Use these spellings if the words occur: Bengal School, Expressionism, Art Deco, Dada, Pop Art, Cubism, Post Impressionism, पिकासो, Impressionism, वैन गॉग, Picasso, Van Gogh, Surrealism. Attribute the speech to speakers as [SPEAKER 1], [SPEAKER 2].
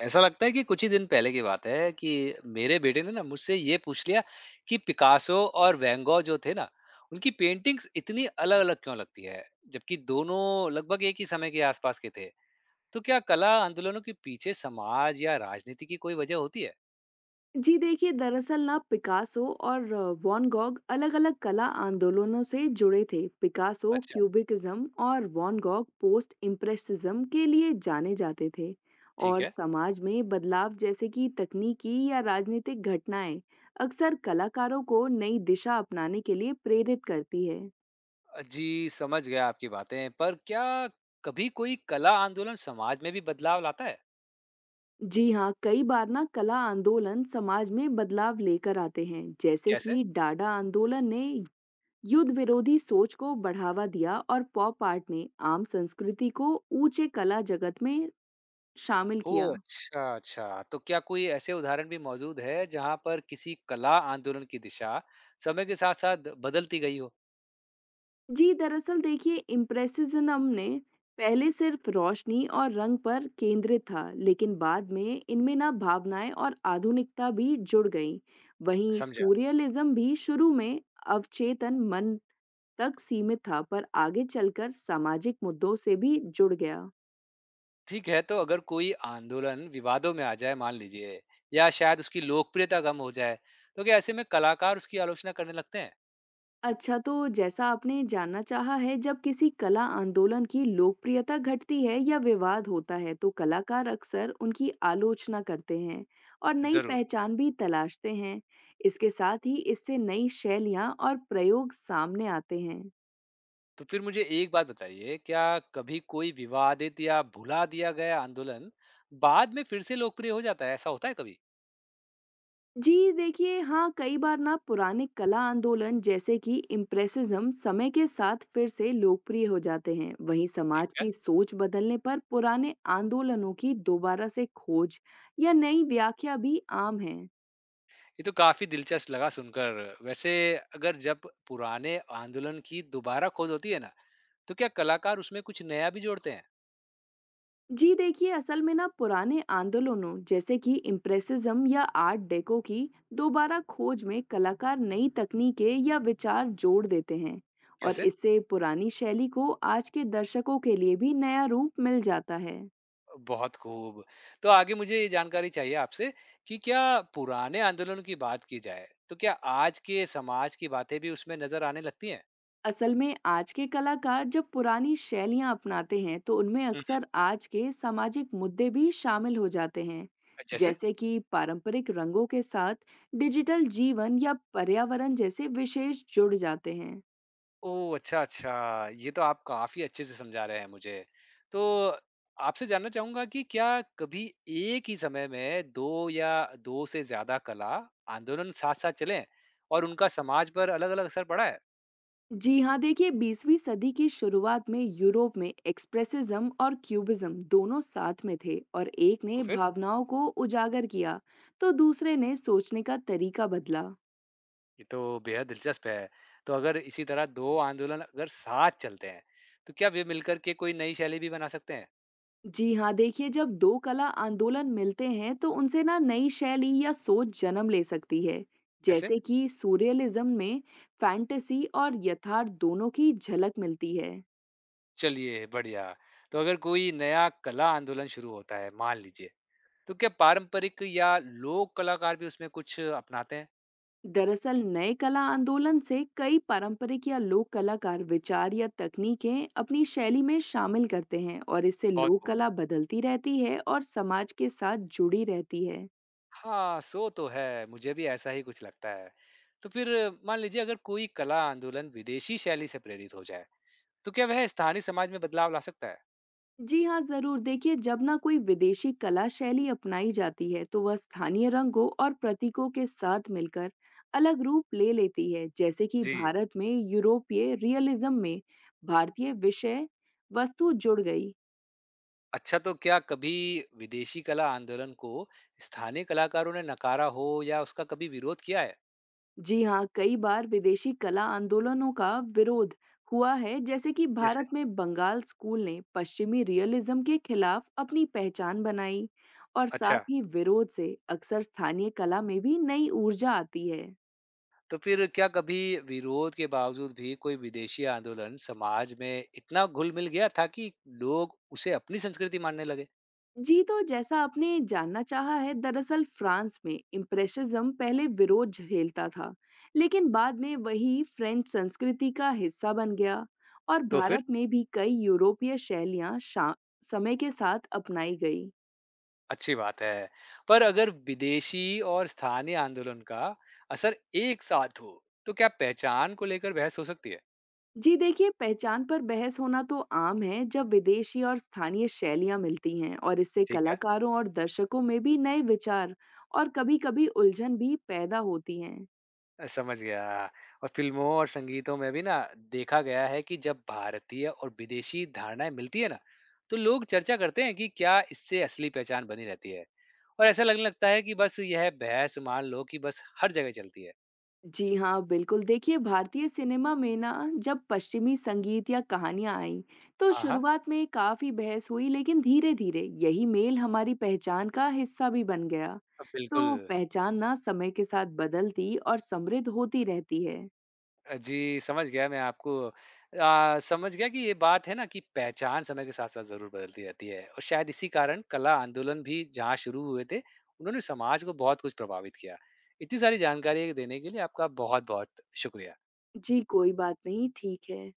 [SPEAKER 1] ऐसा लगता है कि कुछ ही दिन पहले की बात है कि मेरे बेटे ने ना मुझसे ये पूछ लिया कि पिकासो और वैन गॉग जो थे ना, उनकी पेंटिंग्स इतनी अलग अलग क्यों लगती है, जबकि दोनों लगभग एक ही समय के आसपास के थे। तो क्या कला आंदोलनों के पीछे समाज या राजनीति की कोई वजह होती है?
[SPEAKER 2] जी देखिए दरअसल ना पिकासो और वॉन गॉग अलग-अलग कला आंदोलनों से जुड़े थे। पिकासो
[SPEAKER 1] अच्छा,
[SPEAKER 2] क्यूबिकिज्म और वॉन गॉग पोस्ट इम्प्रेसिज्म के लिए जाने जाते थे।
[SPEAKER 1] ठीक
[SPEAKER 2] और
[SPEAKER 1] है।
[SPEAKER 2] समाज में बदलाव जैसे कि तकनीकी या राजनीतिक घटनाएं अक्सर कलाकारों को नई दिशा अपनाने के लिए प्रेरित करती है।
[SPEAKER 1] जी, समझ गया आपकी बातें। पर क्या कभी कोई कला आंदोलन समाज में भी बदलाव लाता है?
[SPEAKER 2] जी हाँ, कई बार ना कला आंदोलन समाज में बदलाव लेकर आते हैं, जैसे
[SPEAKER 1] कैसे?
[SPEAKER 2] कि डाडा आंदोलन ने युद्ध विरोधी सोच को बढ़ावा दिया और पॉप आर्ट ने आम संस्कृति को ऊंचे कला जगत में शामिल
[SPEAKER 1] ओह!
[SPEAKER 2] किया।
[SPEAKER 1] अच्छा, अच्छा। तो क्या कोई ऐसे उदाहरण भी मौजूद है जहाँ पर किसी कला आंदोलन की दिशा समय के साथ-साथ बदलती गई हो?
[SPEAKER 2] जी दरअसल देखिए इम्प्रेसिज्म ने पहले सिर्फ रोशनी और रंग पर केंद्रित था, लेकिन बाद में इनमें ना भावनाएं और आधुनिकता भी जुड़ गईं। वहीं
[SPEAKER 1] समझा।
[SPEAKER 2] सूर्यलिज्म भी शुरू में अवचेतन मन तक सीमित था, पर आगे चलकर सामाजिक मुद्दों से भी जुड़ गया।
[SPEAKER 1] ठीक है, तो अगर कोई आंदोलन विवादों में आ जाए मान लीजिए, या शायद उसकी लोकप्रियता कम हो जाए, तो क्या ऐसे में कलाकार उसकी आलोचना करने लगते हैं?
[SPEAKER 2] अच्छा, तो जैसा आपने जानना चाहा है, जब किसी कला आंदोलन की लोकप्रियता घटती है या विवाद होता है, तो कलाकार अक्सर उनकी आलोचना करते हैं और नई
[SPEAKER 1] ज़रूर।
[SPEAKER 2] पहचान भी तलाशते हैं। इसके साथ ही इससे नई शैलियाँ और प्रयोग सामने आते हैं।
[SPEAKER 1] तो फिर मुझे एक बात बताइए, क्या कभी कोई विवादित या भुला दिया गया आंदोलन बाद में फिर से लोकप्रिय हो जाता है? ऐसा होता है कभी?
[SPEAKER 2] जी देखिए हाँ, कई बार ना पुराने कला आंदोलन जैसे कि इम्प्रेसिज्म समय के साथ फिर से लोकप्रिय हो जाते हैं। वहीं
[SPEAKER 1] ठीक
[SPEAKER 2] समाज
[SPEAKER 1] है।
[SPEAKER 2] की सोच बदलने पर पुराने आंदोलनों की दोबारा से खोज या नई व्याख्या भी आम है।
[SPEAKER 1] ये तो काफी दिलचस्प लगा सुनकर। वैसे, अगर जब पुराने आंदोलन की दोबारा खोज होती है ना, तो क्या कलाकार उसमें कुछ नया भी जोड़ते हैं?
[SPEAKER 2] जी देखिए असल में ना पुराने आंदोलनों जैसे कि इम्प्रेसिज्म या आर्ट डेको की दोबारा खोज में कलाकार नई तकनीकें या विचार जोड़ देते हैं, और
[SPEAKER 1] कैसे?
[SPEAKER 2] इससे पुरानी शैली को आज के दर्शकों के लिए भी नया रूप मिल जाता है।
[SPEAKER 1] बहुत खूब। तो आगे मुझे ये जानकारी चाहिए आपसे कि क्या पुराने आंदोलन की बात की जाए, तो क्या आज के समाज की बातें भी उसमें नज़र आने लगती हैं?
[SPEAKER 2] असल में आज के कलाकार जब पुरानी शैलियां अपनाते हैं, तो उनमें
[SPEAKER 1] हुँ,
[SPEAKER 2] अक्सर
[SPEAKER 1] हुँ।
[SPEAKER 2] आज के सामाजिक मुद्दे भी शामिल हो जाते हैं,
[SPEAKER 1] जैसे?
[SPEAKER 2] जैसे कि पारंपरिक रंगों के साथ डिजिटल जीवन या पर्यावरण जैसे विशेष जुड़ जाते हैं।
[SPEAKER 1] ओह! अच्छा, अच्छा। ये तो आप काफ़ी अच्छे से समझा रहे हैं मुझे। तो आपसे जानना चाहूँगा कि क्या कभी एक ही समय में 2 या 2 से ज़्यादा कला आंदोलन साथ-साथ चलें, और उनका समाज पर अलग-अलग असर पड़ा है?
[SPEAKER 2] जी हाँ देखिए, 20वीं सदी की शुरुआत में यूरोप में एक्सप्रेसिज्म और क्यूबिज्म दोनों साथ में थे, और एक
[SPEAKER 1] तो
[SPEAKER 2] ने
[SPEAKER 1] फिर,
[SPEAKER 2] भावनाओं को उजागर किया तो दूसरे ने सोचने का तरीका बदला।
[SPEAKER 1] ये तो बेहद दिलचस्प है। तो अगर इसी तरह 2 आंदोलन अगर साथ चलते हैं, तो क्या वे मिलकर के कोई नई शैली भी बना सकते हैं?
[SPEAKER 2] जी हाँ देखिए, जब दो कला आंदोलन मिलते हैं तो उनसे ना नई शैली या सोच जन्म ले सकती है,
[SPEAKER 1] कैसे?
[SPEAKER 2] जैसे कि सूर्यलिज्म में फैंटेसी और यथार्थ दोनों की झलक मिलती है।
[SPEAKER 1] चलिए बढ़िया। तो अगर कोई नया कला आंदोलन शुरू होता है, मान लीजिए, तो क्या पारंपरिक या लोक कलाकार भी उसमें कुछ अपनाते हैं?
[SPEAKER 2] दरअसल नए कला आंदोलन से कई पारंपरिक या लोक कलाकार विचार या तकनीकें अपनी शैली में शामिल करते हैं, और इससे
[SPEAKER 1] बहुत
[SPEAKER 2] लोक
[SPEAKER 1] खूब।
[SPEAKER 2] कला बदलती रहती है और समाज के साथ जुड़ी रहती है।
[SPEAKER 1] हाँ, सो तो है, मुझे भी ऐसा ही कुछ लगता है। तो फिर, मान लीजिए अगर कोई कला आंदोलन विदेशी शैली से प्रेरित हो जाए, तो क्या वह स्थानीय समाज में बदलाव ला सकता है?
[SPEAKER 2] जी हाँ, ज़रूर। देखिए, जब ना कोई विदेशी कला शैली अपनाई जाती है, तो वह स्थानीय रंगों और प्रतीकों के साथ मिलकर अलग रूप ले लेती है, जैसे कि
[SPEAKER 1] जी।
[SPEAKER 2] भारत में यूरोपीय रियलिज्म में भारतीय विषय वस्तु जुड़ गई।
[SPEAKER 1] अच्छा, तो क्या कभी विदेशी कला आंदोलन को स्थानीय कलाकारों ने नकारा हो या उसका कभी विरोध किया है?
[SPEAKER 2] जी हाँ, कई बार विदेशी कला आंदोलनों का विरोध हुआ है, जैसे कि
[SPEAKER 1] कैसे?
[SPEAKER 2] भारत में बंगाल स्कूल ने पश्चिमी रियलिज्म के खिलाफ अपनी पहचान बनाई, और साथ
[SPEAKER 1] अच्छा,
[SPEAKER 2] ही विरोध से अक्सर स्थानीय कला में भी नई ऊर्जा आती है।
[SPEAKER 1] तो फिर क्या कभी विरोध के बावजूद भी कोई विदेशी आंदोलन समाज में इतना घुल मिल गया था कि लोग उसे अपनी संस्कृति मानने लगे?
[SPEAKER 2] जी, तो जैसा आपने जानना चाहा है, दरअसल फ्रांस में इम्प्रेशनिज्म पहले विरोध झेलता था, लेकिन बाद में वही फ्रेंच संस्कृति का हिस्सा बन गया। और
[SPEAKER 1] तो फिर,
[SPEAKER 2] भारत में भी कई यूरोपीय शैलियां समय के साथ अपनाई गई।
[SPEAKER 1] अच्छी बात है। पर अगर विदेशी और स्थानीय आंदोलन का असर एक साथ हो, तो क्या पहचान को लेकर बहस हो सकती है?
[SPEAKER 2] जी देखिए, पहचान पर बहस होना तो आम है जब विदेशी और स्थानीय शैलियां मिलती हैं, और इससे
[SPEAKER 1] ठीक है।
[SPEAKER 2] कलाकारों और दर्शकों में भी नए विचार और कभी-कभी उलझन भी पैदा होती हैं।
[SPEAKER 1] समझ गया। और फिल्मों और संगीतों में भी ना देखा गया है कि जब भारतीय और विदेशी धारणाएं मिलती है ना, तो लोग चर्चा करते हैं कि क्या इससे असली पहचान बनी रहती है, और ऐसा लगने लगता है कि बस यह बहस मान लो कि बस हर जगह चलती है।
[SPEAKER 2] जी हाँ, बिल्कुल। देखिए, भारतीय सिनेमा में ना जब पश्चिमी संगीत या कहानियाँ आईं, तो
[SPEAKER 1] हाँ, हाँ।
[SPEAKER 2] शुरुआत में काफ़ी बहस हुई, लेकिन धीरे-धीरे यही मेल हमारी पहचान का हिस्सा भी बन गया।
[SPEAKER 1] बिल्कुल।
[SPEAKER 2] तो पहचान ना समय के साथ बदलती और समृद्ध होती रहती है।
[SPEAKER 1] जी, समझ गया मैं आपको। समझ गया कि ये बात है ना कि पहचान समय के साथ-साथ ज़रूर बदलती रहती है, और शायद इसी कारण कला आंदोलन भी जहाँ शुरू हुए थे, उन्होंने समाज को बहुत कुछ प्रभावित किया। इतनी सारी जानकारी देने के लिए आपका बहुत-बहुत शुक्रिया।
[SPEAKER 2] जी, कोई बात नहीं, ठीक है।